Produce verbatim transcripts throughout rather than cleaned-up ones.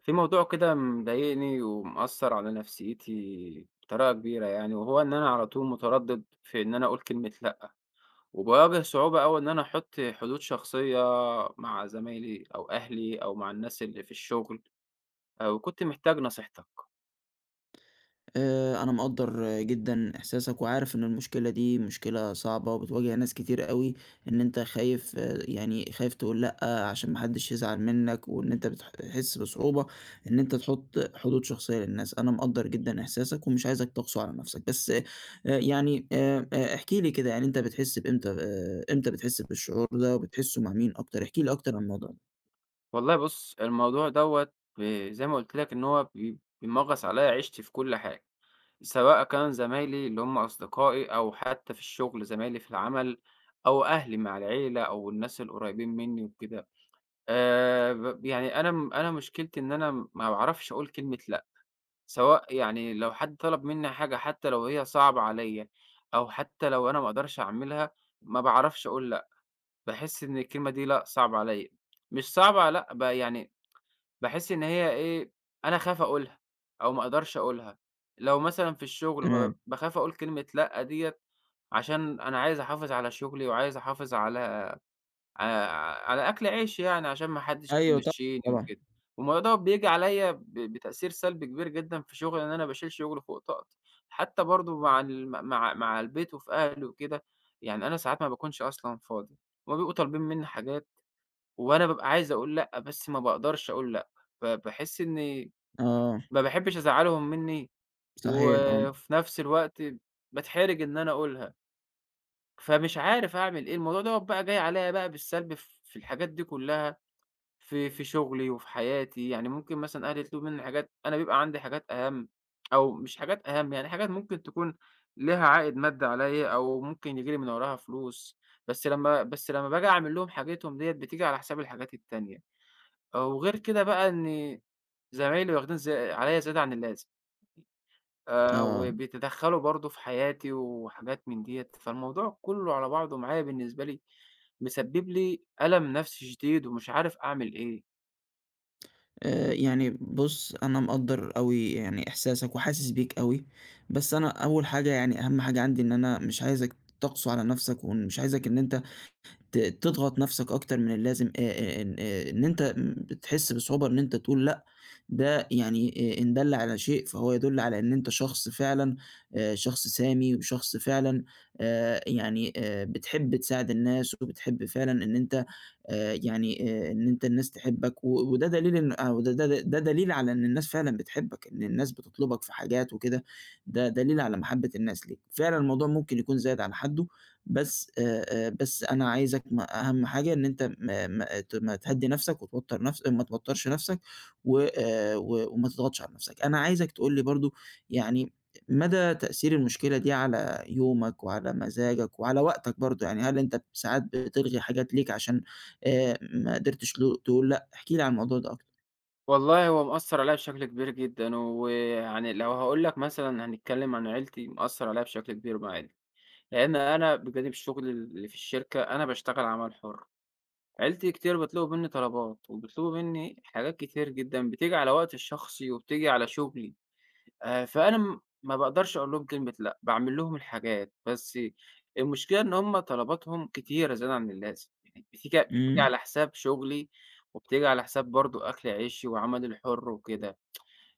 في موضوع كده مضايقني ومأثر على نفسيتي بطريقة كبيرة يعني، وهو إن أنا على طول متردد في إن أنا أقول كلمة لأ، وباواجه صعوبة أوي إن أنا أحط حدود شخصية مع زمايلي أو أهلي أو مع الناس اللي في الشغل. آآ، وكنت محتاج نصيحتك. آآ، أنا مقدّر جدًا إحساسك، وعارف إن المشكلة دي مشكلة صعبة وبتواجه ناس كتير أوي، إن أنت خايف آه، يعني خايف تقول لأ عشان ما حدش يزعل منك، وإن أنت بتح بتحس بصعوبة إن أنت تحط حدود شخصية للناس. أنا مقدّر جدًا إحساسك ومش عايزك تقسو على نفسك، بس آآ، يعني آآ، آآ، احكِ لي كده، يعني أنت بتحس بإمتى آآ، إمتى بتحس بالشعور ده وبتحسه مع مين أكتر؟ احكِ لي أكتر عن الموضوع ده. والله بُص، الموضوع دوّة ب زي ما قُلت لك إن هو بي بيمغص عليَّ عيشتي في كل حاجة، سواء كان زمايلي اللي هم أصدقائي أو حتى في الشغل زمايلي في العمل أو أهلي مع العيلة أو الناس القريبين مني وكده. آآ ب يعني أنا م أنا مشكلتي إن أنا م- ما باعرفش أقول كلمة لأ، سواء يعني لو حد طلب منّي حاجة حتى لو هي صعبة عليّا، أو حتى لو أنا ما أقدرش أعملها، ما باعرفش أقول لأ. باحس إن الكلمة دي لأ صعبة عليّا، مش صعبة لأ ب يعني باحس إن هي إيه، أنا أخاف أقولها، أو ما أقدرش أقولها. لو مثلًا في الشغل ب تمام. باخاف أقول كلمة لأ ديّة، عشان أنا عايز أحافظ على شغلي وعايز أحافظ على ع على أكل عيش يعني عشان ما حدّش أيوه، طبعًا، يمشّيني طبعًا. وكده. والموضوع دوّة بييجي عليَّ ب بتأثير سلبي كبير جدًا في شغلي، إن أنا باشيل شغل فوق طاقتي، حتى برضه مع ال مع مع البيت وفي أهلي وكده. يعني أنا ساعات ما باكونش أصلًا فاضي، هُم بيبقوا طالبين منّي حاجات وأنا بابقى عايز أقول لأ، بس ما باقدرش أقول لأ. ب باحس إني آه. ما باحبش أزعّلهم منّي، صحيح، آه. وفي نفس الوقت باتحرج إن أنا أقولها، فمش عارف أعمل إيه. الموضوع دوّة بقى جاي عليَّ بقى بالسلب ف في الحاجات دي كلّها، في في شغلي وفي حياتي. يعني ممكن مثلًا أهلي يطلبوا منّي حاجات أنا بيبقى عندي حاجات أهَم، أو مش حاجات أهَم، يعني حاجات ممكن تكون ليها عائد مادّي عليّا أو ممكن ييجي لي من وراها فلوس، بس لمّا بس لمّا باجي أعمل لهم حاجتهم ديّة بتيجي على حساب الحاجات التانية. وغير كده بقى إن زمايلي واخدين زي عليّا زيادة عن اللازم. آآ آه. وبيتدخّلوا برضه في حياتي وحاجات من ديّة، فالموضوع كُلّه على بعضه معايا بالنسبة لي مسبِّب لي ألم نَفْسي شديد ومش عارف أعمل إيه. آآ، يعني بُص، أنا مقدّر أوي يعني إحساسك وحاسس بيك أوي، بس أنا أول حاجة يعني أهم حاجة عندي إن أنا مش عايزك تقسو على نفسك، ومش عايزك إن أنت ت تضغط نفسك أكتر من اللازم، آآ آآ إن آآ إن أنت م بتحس بصعوبة إن أنت تقول لأ. ده يعني آآ إن دَل على شيء فهو يدل على إن أنت شخص فعلًا، آآ شخص سامي، وشخص فعلًا آآ يعني آآ بتحب تساعد الناس، وبتحب فعلًا إن أنت آآ يعني آآ إن أنت الناس تحبك، و وده دليل إن، أو ده ده ده دليل على إن الناس فعلًا بتحبك، إن الناس بتطلبك في حاجات وكده. ده دليل على محبة الناس ليك، فعلًا الموضوع ممكن يكون زايد عن حده، بس آآ، آآ، بس أنا عايزك م أهم حاجة إن أنت ما ما ت ما تهدّي نَفْسك، وتوتّر نَفْس ما توتّرش نَفْسك و آآ، و وما تضغطش على نَفْسك. أنا عايزك تقول لي برضه، يعني مدى تأثير المشكلة دي على يومك وعلى مزاجك وعلى وقتك برضه، يعني هل أنت ساعات بتلغي حاجات ليك عشان آآ، ما قدرتش ل تقول لأ؟ احكِ لي عن الموضوع ده أكتر. والله هو مأثّر عليَّ بشكل كبير جدًا، ويعني لو هاقول لك مثلًا هنتكلّم عن عيلتي، مأثّر عليَّ بشكل كبير مع عيلتي، لإن أنا بجانب شغلي اللي في الشركة أنا باشتغل عمل حُر. عيلتي كتير بيطلبوا منّي طلبات، وبيطلبوا منّي حاجات كتير جدًا بتيجي على وقتي الشخصي وبتيجي على شغلي. آآ، فأنا م ما باقدرش أقول لهم كلمة لأ، باعمل لهم الحاجات. بس المشكلة إن هم طلباتهم كتيرة زيادة عن اللازم، يعني بتيجي بتيجي إمم. على حساب شغلي، وبتيجي على حساب برضه أكل عيشي وعملي الحُر وكده.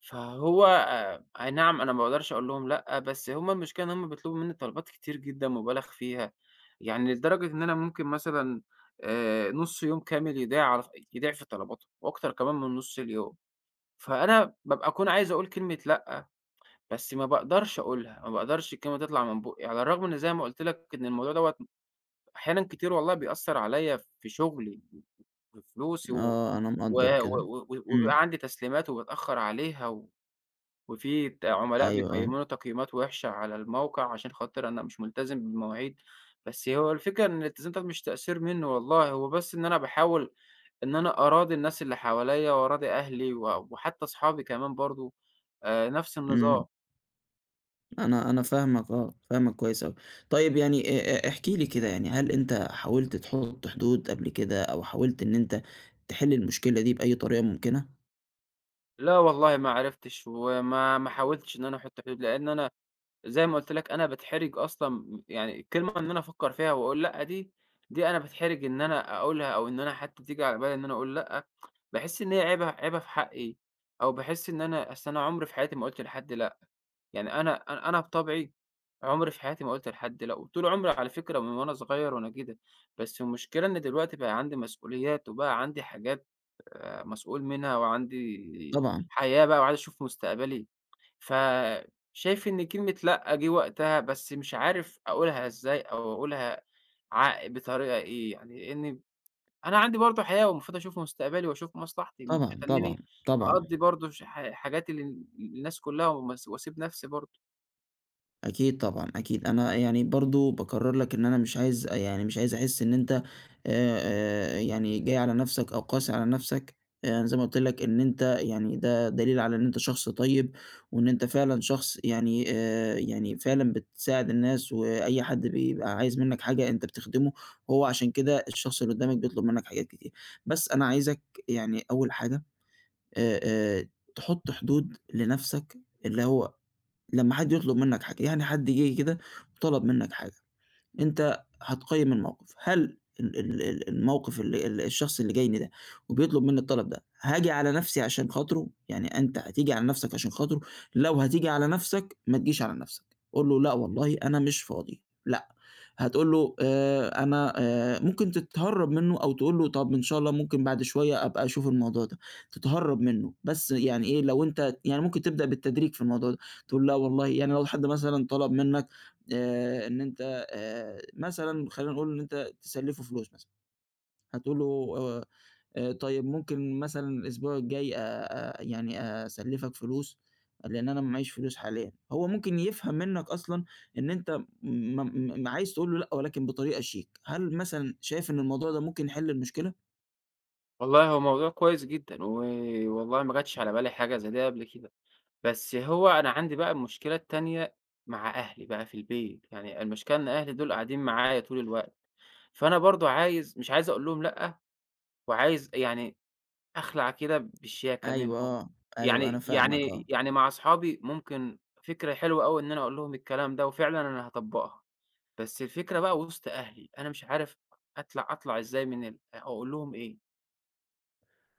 فهو آآ، أي نعم أنا ما باقدرش أقول لهم لأ، بس هم المشكلة إن هم بيطلبوا منّي طلبات كتير جدًا مُبالغ فيها. يعني لدرجة إن أنا ممكن مثلًا آآ، نُص يوم كامل يضيع على ف يضيع في طلباتهم وأكتر كمان من نُص اليوم. فأنا بابقى أكون عايز أقول كلمة لأ، بس ما باقدرش أقولها، ما باقدرش الكلمة تطلع من بُقّي، على الرغم إن زي ما قُلت لك إن الموضوع دوّة أحيانًا كتير والله بيأثّر عليَّ في شغلي وفي فلوسي و آه. أنا و مقدّر كده. و و إمم. وبيبقى عندي تسليمات وباتأخّر عليها و وفي ت عملاء أيوه، آه. بيقيّموني تقييمات وِحشة على الموقع عشان خاطر أنا مش ملتزم بالمواعيد. بس هو الفكرة إن الالتزام ده مش تقصير منّي والله، هو بس إن أنا باحاول إن أنا أراضي الناس اللي حواليّا وأراضي أهلي و وحتى أصحابي كمان برضه آآ نَفْس النظام. إمم. أنا أنا فاهمك آه، فاهمك كويس أوي. طيب، يعني آآ، آآ، احكِ لي كده، يعني هل أنت حاولت تحط حدود قبل كده أو حاولت إن أنت تحل المشكلة دي بأي طريقة ممكنة؟ لا والله ما عرفتش وما ما حاولتش إن أنا أحُط حدود، لإن أنا زي ما قُلت لك أنا باتحرج أصلًا يعني الكلمة إن أنا أفكّر فيها وأقول لأ دي، دي أنا باتحرج إن أنا أقولها، أو إن أنا حتى تيجي على بالي إن أنا أقول لأ. باحس إن هي عيبة عيبة في حقي، أو باحس إن أنا أصل أنا عمري في حياتي ما قُلت لحد لأ. يعني أنا أنا أنا بطبعي عمري في حياتي ما قُلت لحد لأ، وطول عمري على فكرة من وأنا صغير وأنا كده. بس المشكلة إن دلوقتي بقى عندي مسؤوليات وبقى عندي حاجات آآ مسؤول منها وعندي طبعًا. حياة بقى وعايز أشوف مستقبلي. فشايف إن كلمة لأ جه وقتها، بس مش عارف أقولها إزاي أو أقولها ع بطريقة إيه، يعني لإن أنا عندي برضه حياة والمفروض أشوف مستقبلي وأشوف مصلحتي، مش طبعًا. طبعًا، هتنّيني طبعًا. أقضّي برضه ش ح حاجات ال الناس كلّها ومس وأسيب نَفْسي برضه. أكيد، طبعًا، أكيد. أنا يعني برضه باكرّر لك إن أنا مش عايز، يعني مش عايز أحس إن أنت آآ، آآ، يعني جاي على نَفْسك أو قاسي على نَفْسك. آآ، زي ما قُلت لك إن أنت يعني ده دليل على إن أنت شخص طيب، وإن أنت فعلًا شخص، يعني آآ، يعني فعلًا بتساعد الناس، وأي حد بيبقى عايز منّك حاجة أنت بتخدمه، وهو عشان كده الشخص اللي قدّامك بيطلب منّك حاجات كتير. بس أنا عايزك يعني أول حاجة آآ، آآ، تحُط حدود لنَفْسك، اللي هو لمّا حد يطلب منّك حاجة، يعني حد جِه كده وطلب منّك حاجة، أنت هتقيّم الموقف. هل ال ال ال الموقف ال ال الشخص اللي جاي لي ده وبيطلب منّي الطلب ده، هاجي على نَفْسي عشان خاطره؟ يعني أنت هتيجي على نَفْسك عشان خاطره؟ لو هتيجي على نَفْسك، ما تجيش على نَفْسك. قُل له لأ والله أنا مش فاضي، لأ. هتقول له آآ أنا آآ ممكن تتهرّب منّه، أو تقول له طَب إن شاء الله ممكن بعد شوية أبقى أشوف الموضوع ده، تتهرّب منّه. بس يعني إيه، لو أنت يعني ممكن تبدأ بالتدريج في الموضوع ده، تقول لا والله، يعني لو حد مثلًا طلب منّك آآ إن أنت آآ مثلًا، خلّينا نقول إن أنت تسلّفه فلوس مثلًا، هتقول له آآ آآ طيب، ممكن مثلًا الأسبوع الجاي آآ يعني أسلّفك فلوس، لإن أنا ما معيش فلوس حاليًا. هو ممكن يفهم منّك أصلًا إن أنت م م م- عايز تقول له لأ، ولكن بطريقة شيك. هل مثلًا شايف إن الموضوع ده ممكن يحل المشكلة؟ والله هو موضوع كويس جدًا، و والله ما جاتش على بالي حاجة زي دي قبل كده. بس هو أنا عندي بقى المشكلة التانية مع أهلي بقى في البيت، يعني المشكلة إن أهلي دول قاعدين معايا طول الوقت. فأنا برضه عايز مش عايز أقول لهم لأ، وعايز يعني أخلع كده بشياكة أيوه، منهم. آه. أيوه، أنا يعني فاهمك آه. يعني يعني مع أصحابي ممكن فكرة حلوة أوي إن أنا أقول لهم الكلام ده، وفعلًا أنا هاطبّقها. بس الفكرة بقى وسط أهلي، أنا مش عارف أطلع أطلع إزاي من ال أقول لهم إيه.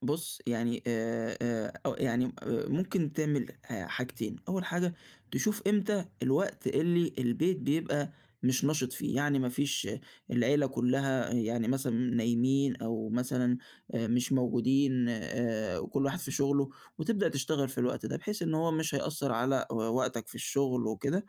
بُص، يعني آآ آآ أو يعني آآ ممكن تعمل ح حاجتين، أول حاجة، تشوف إمتى الوقت اللي البيت بيبقى مش نشِط فيه، يعني ما فيش العيلة كُلّها، آه، يعني مثلًا نايمين أو مثلًا آآ مش موجودين، آآ وكل واحد في شُغله، وتبدأ تشتغل في الوقت ده، بحيث إن هو مش هيأثّر على و وقتك في الشُغل وكده.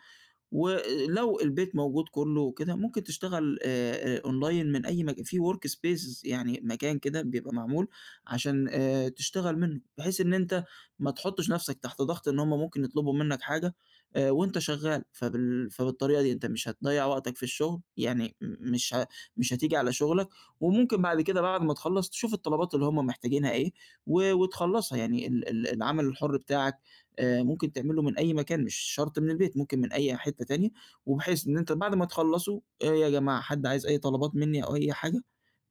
ولو البيت موجود كُلّه وكده، ممكن تشتغل آآ، آآ online من أي مك في work spaces، يعني مكان كده بيبقى معمول عشان آآ، تشتغل منه، بحيث إن أنت ما تحطّش نَفْسك تحت ضغط إن هُم ممكن يطلبوا منّك حاجة آآ، وأنت شغّال. فبال فبالطريقة دي أنت مش هتضيّع وقتك في الشغل، يعني م مش ه مش هتيجي على شغلك، وممكن بعد كده، بعد ما تخلّص تشوف الطلبات اللي هُم محتاجينها إيه و وتخلّصها. يعني ال ال العمل الحُر بتاعك آآ ممكن تعمله من أي مكان، مش شرط من البيت، ممكن من أي حتّة تانية، وبحيث إن أنت بعد ما تخلّصوا آآ يا جماعة، حد عايز أي طلبات منّي أو أي حاجة،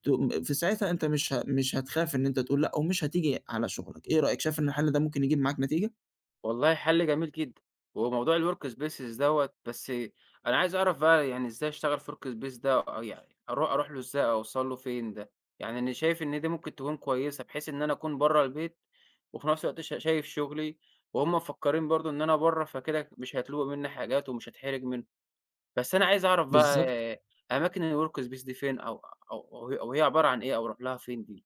تقوم في ساعتها. أنت مش ه مش هتخاف إن أنت تقول لأ، ومش هتيجي على شغلك. إيه رأيك، شايف إن الحل ده ممكن يجيب معاك نتيجة؟ والله حل جميل جدًا. هو موضوع الwork spaces دوّة، بس أنا عايز أعرف بقى يعني إزاي أشتغل في work space ده، أو يعني أرو أروح له إزاي أوصل له فين ده؟ يعني أنا شايف إن دي ممكن تكون كويسة بحيث إن أنا أكون برّه البيت، وفي نفس الوقت ش شايف شغلي، وهُم مفكّرين برضه إن أنا برّه فكده مش هيطلبوا منّي حاجات ومش هاتحرج منهم. بس أنا عايز أعرف بقى بالضبط. أماكن الwork space دي فين، أو أو أو هي أو هي عبارة عن إيه، أو أروح لها فين دي؟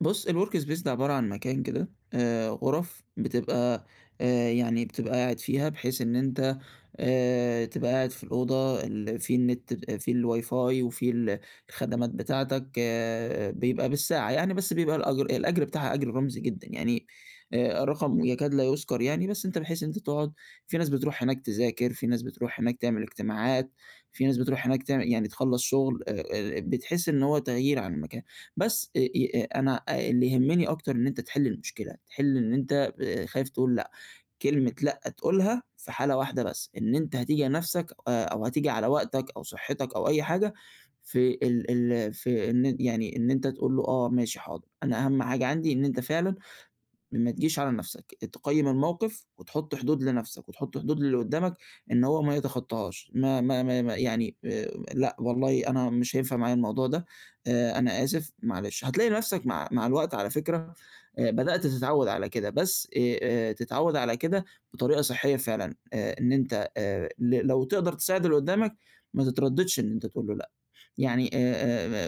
بُص، الwork space ده عبارة عن مكان كده، آآ غُرف بتبقى، آآ يعني بتبقى قاعد فيها بحيث إن أنت آآ تبقى قاعد في الأوضة، ال في النت ب في الWiFi وفي ال الخدمات بتاعتك، آه، بيبقى بالساعة يعني، بس بيبقى الأجر الأجر بتاعها أجر رمزي جدًا، يعني آآ رقم يكاد لا يُذكر يعني. بس أنت، بحيث إن أنت تقعد، في ناس بتروح هناك تذاكر، في ناس بتروح هناك تعمل اجتماعات، في ناس بتروح هناك تعم يعني تخلّص شغل، آآ آآ بتحس إن هو تغيير عن المكان. بس آآ ي أنا اللي يهمني أكتر إن أنت تحل المشكلة، تحل إن أنت آآ خايف تقول لأ. كلمة لأ تقولها في حالة واحدة بس، إن أنت هتيجي على نفْسك، آآ أو هتيجي على وقتك أو صحتك أو أي حاجة، في ال ال في إن يعني إن أنت تقول له آه، ماشي، حاضر. أنا أهم حاجة عندي إن أنت فعلًا ما تجيش على نفسك، تقيّم الموقف وتحُط حدود لنفسك، وتحُط حدود للي قدّامك إن هو ما يتخطّاهاش، ما ما ما ما يعني آآ لأ والله أنا مش هينفع معايا الموضوع ده، آآ أنا آسف، معلش. هتلاقي نفسك مع مع الوقت، على فكرة، آآ بدأت تتعوّد على كده، بس آآ آآ تتعوّد على كده بطريقة صحّية فعلًا. آآ إن أنت آآ ل لو تقدر تساعد اللي قدّامك ما تتردّدش إن أنت تقول له لأ. يعني آآ،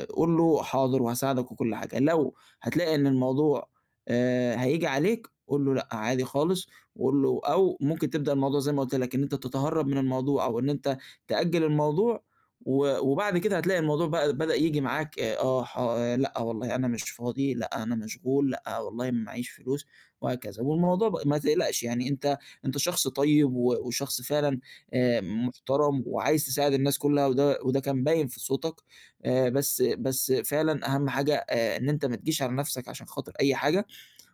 آآ، قُل له حاضر وهاساعدك وكل حاجة، لو هتلاقي إن الموضوع آآ، هييجي عليك، قُل له لأ، عادي خالص. وقُل له، أو ممكن تبدأ الموضوع زي ما قُلت لك، إن أنت تتهرب من الموضوع أو إن أنت تأجّل الموضوع. و وبعد كده هتلاقي الموضوع بقى بدأ ييجي معاك، آآ، آه ح آه، لأ والله أنا مش فاضي، لأ أنا مشغول، لأ والله ما معيش فلوس، وهكذا. والموضوع ب ما تقلقش، يعني أنت أنت شخص طيب و وشخص فعلًا آآ محترم، وعايز تساعد الناس كلّها، وده وده كان باين في صوتك. آآ بس بس فعلًا أهم حاجة آآ إن أنت ما تجيش على نَفْسك عشان خاطر أي حاجة.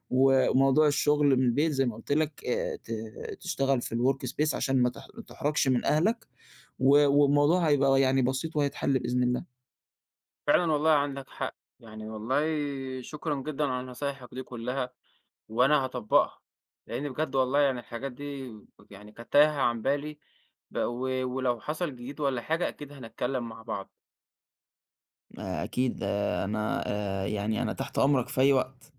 و وموضوع الشغل من البيت، زي ما قُلت لك، آآ ت تشتغل في الwork space عشان ما تح ما تحرجش من أهلك، و والموضوع هيبقى يعني بسيط وهيتحل بإذن الله. فعلًا والله عندك حق، يعني والله شكرًا جدًا على نصايحك دي كلّها. وأنا هاطبّقها، لإن بجد والله يعني الحاجات دي يعني كانت تايهة عن بالي، ب و ولو حصل جديد والّا حاجة أكيد هنتكلّم مع بعض. آآ أكيد، آه، أنا آآ يعني أنا تحت أمرك في أي وقت.